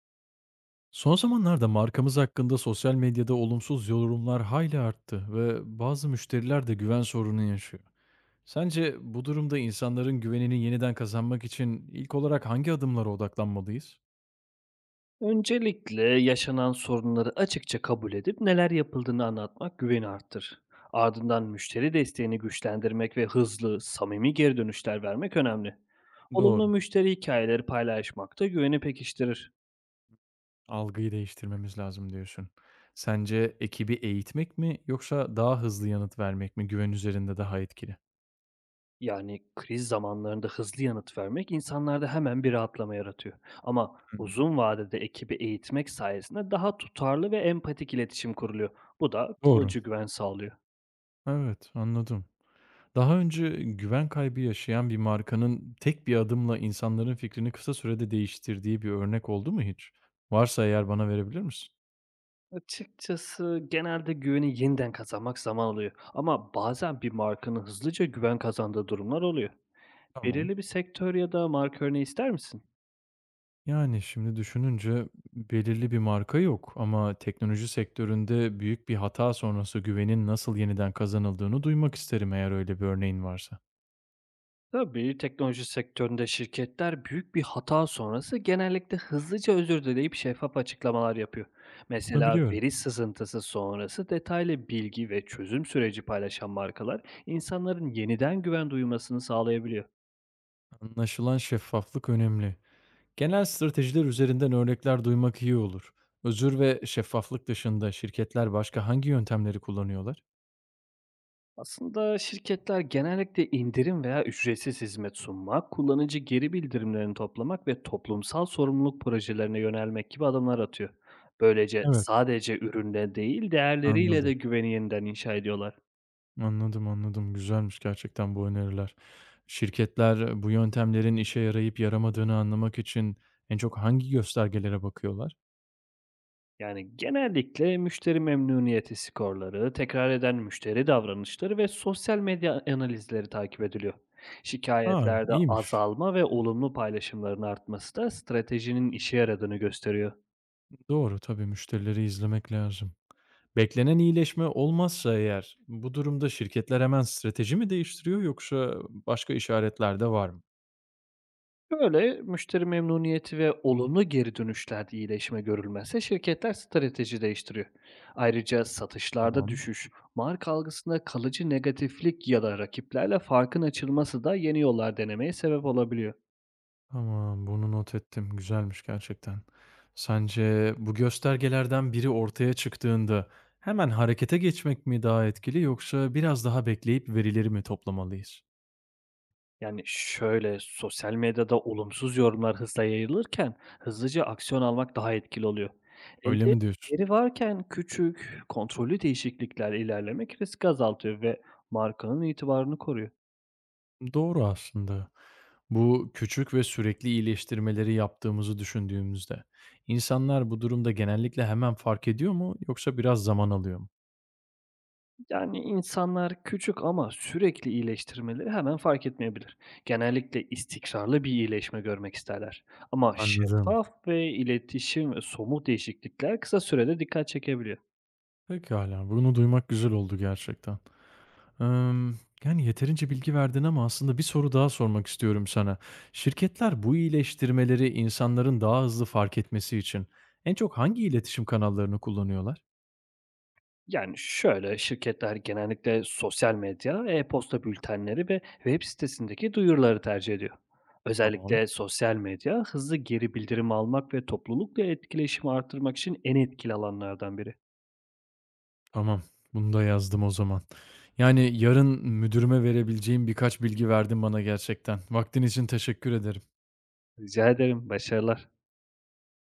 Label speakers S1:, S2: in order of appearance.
S1: Son zamanlarda markamız hakkında sosyal medyada olumsuz yorumlar hayli arttı ve bazı müşteriler de güven sorunu yaşıyor. Sence bu durumda insanların güvenini yeniden kazanmak için ilk olarak hangi adımlara odaklanmalıyız?
S2: Öncelikle yaşanan sorunları açıkça kabul edip neler yapıldığını anlatmak güveni arttır. Ardından müşteri desteğini güçlendirmek ve hızlı, samimi geri dönüşler vermek önemli.
S1: Doğru.
S2: Olumlu müşteri hikayeleri paylaşmak da güveni pekiştirir.
S1: Algıyı değiştirmemiz lazım diyorsun. Sence ekibi eğitmek mi yoksa daha hızlı yanıt vermek mi güven üzerinde daha etkili?
S2: Yani kriz zamanlarında hızlı yanıt vermek insanlarda hemen bir rahatlama yaratıyor. Ama
S1: Hmm.
S2: uzun vadede ekibi eğitmek sayesinde daha tutarlı ve empatik iletişim kuruluyor. Bu da
S1: Doğru.
S2: kalıcı güven sağlıyor.
S1: Evet, anladım. Daha önce güven kaybı yaşayan bir markanın tek bir adımla insanların fikrini kısa sürede değiştirdiği bir örnek oldu mu hiç? Varsa eğer bana verebilir misin?
S2: Açıkçası genelde güveni yeniden kazanmak zaman alıyor ama bazen bir markanın hızlıca güven kazandığı durumlar oluyor.
S1: Tamam.
S2: Belirli bir sektör ya da marka örneği ister misin?
S1: Yani şimdi düşününce belirli bir marka yok ama teknoloji sektöründe büyük bir hata sonrası güvenin nasıl yeniden kazanıldığını duymak isterim eğer öyle bir örneğin varsa.
S2: Tabii teknoloji sektöründe şirketler büyük bir hata sonrası genellikle hızlıca özür dileyip şeffaf açıklamalar yapıyor.
S1: Bunu
S2: Mesela
S1: biliyorum.
S2: veri sızıntısı sonrası detaylı bilgi ve çözüm süreci paylaşan markalar insanların yeniden güven duymasını sağlayabiliyor.
S1: Anlaşılan şeffaflık önemli. Genel stratejiler üzerinden örnekler duymak iyi olur. Özür ve şeffaflık dışında şirketler başka hangi yöntemleri kullanıyorlar?
S2: Aslında şirketler genellikle indirim veya ücretsiz hizmet sunmak, kullanıcı geri bildirimlerini toplamak ve toplumsal sorumluluk projelerine yönelmek gibi adımlar atıyor. Böylece
S1: Evet,
S2: sadece ürünle değil, değerleriyle de
S1: anladım.
S2: güveni yeniden inşa ediyorlar.
S1: Anladım, anladım. Güzelmiş gerçekten bu öneriler. Şirketler bu yöntemlerin işe yarayıp yaramadığını anlamak için en çok hangi göstergelere bakıyorlar?
S2: Yani genellikle müşteri memnuniyeti skorları, tekrar eden müşteri davranışları ve sosyal medya analizleri takip ediliyor.
S1: A,
S2: Şikayetlerde
S1: iyiymiş.
S2: azalma ve olumlu paylaşımların artması da stratejinin işe yaradığını gösteriyor.
S1: Doğru, tabii müşterileri izlemek lazım. Beklenen iyileşme olmazsa eğer, bu durumda şirketler hemen strateji mi değiştiriyor yoksa başka işaretler de var mı?
S2: Böyle müşteri memnuniyeti ve olumlu geri dönüşlerde iyileşme görülmezse şirketler strateji değiştiriyor. Ayrıca satışlarda
S1: Tamam.
S2: düşüş, marka algısında kalıcı negatiflik ya da rakiplerle farkın açılması da yeni yollar denemeye sebep olabiliyor.
S1: Tamam, bunu not ettim. Güzelmiş gerçekten. Sence bu göstergelerden biri ortaya çıktığında hemen harekete geçmek mi daha etkili yoksa biraz daha bekleyip verileri mi toplamalıyız?
S2: Yani şöyle sosyal medyada olumsuz yorumlar hızla yayılırken hızlıca aksiyon almak daha etkili oluyor.
S1: Öyle
S2: Elde
S1: mi diyorsun?
S2: veri varken küçük, kontrollü değişiklikler ilerlemek risk azaltıyor ve markanın itibarını koruyor.
S1: Doğru aslında. Bu küçük ve sürekli iyileştirmeleri yaptığımızı düşündüğümüzde insanlar bu durumda genellikle hemen fark ediyor mu yoksa biraz zaman alıyor mu?
S2: Yani insanlar küçük ama sürekli iyileştirmeleri hemen fark etmeyebilir. Genellikle istikrarlı bir iyileşme görmek isterler. Ama
S1: Anladım.
S2: şeffaf ve iletişim ve somut değişiklikler kısa sürede dikkat çekebiliyor.
S1: Pekala, bunu duymak güzel oldu gerçekten. Emm, yeterince bilgi verdin ama aslında bir soru daha sormak istiyorum sana. Şirketler bu iyileştirmeleri insanların daha hızlı fark etmesi için en çok hangi iletişim kanallarını kullanıyorlar?
S2: Yani şöyle şirketler genellikle sosyal medya, e-posta bültenleri ve web sitesindeki duyuruları tercih ediyor.
S1: Tamam.
S2: Özellikle sosyal medya hızlı geri bildirim almak ve toplulukla etkileşimi artırmak için en etkili alanlardan biri.
S1: Tamam. Bunu da yazdım o zaman. Yani, yarın müdürüme verebileceğim birkaç bilgi verdin bana gerçekten. Vaktin için teşekkür ederim.
S2: Rica ederim, başarılar.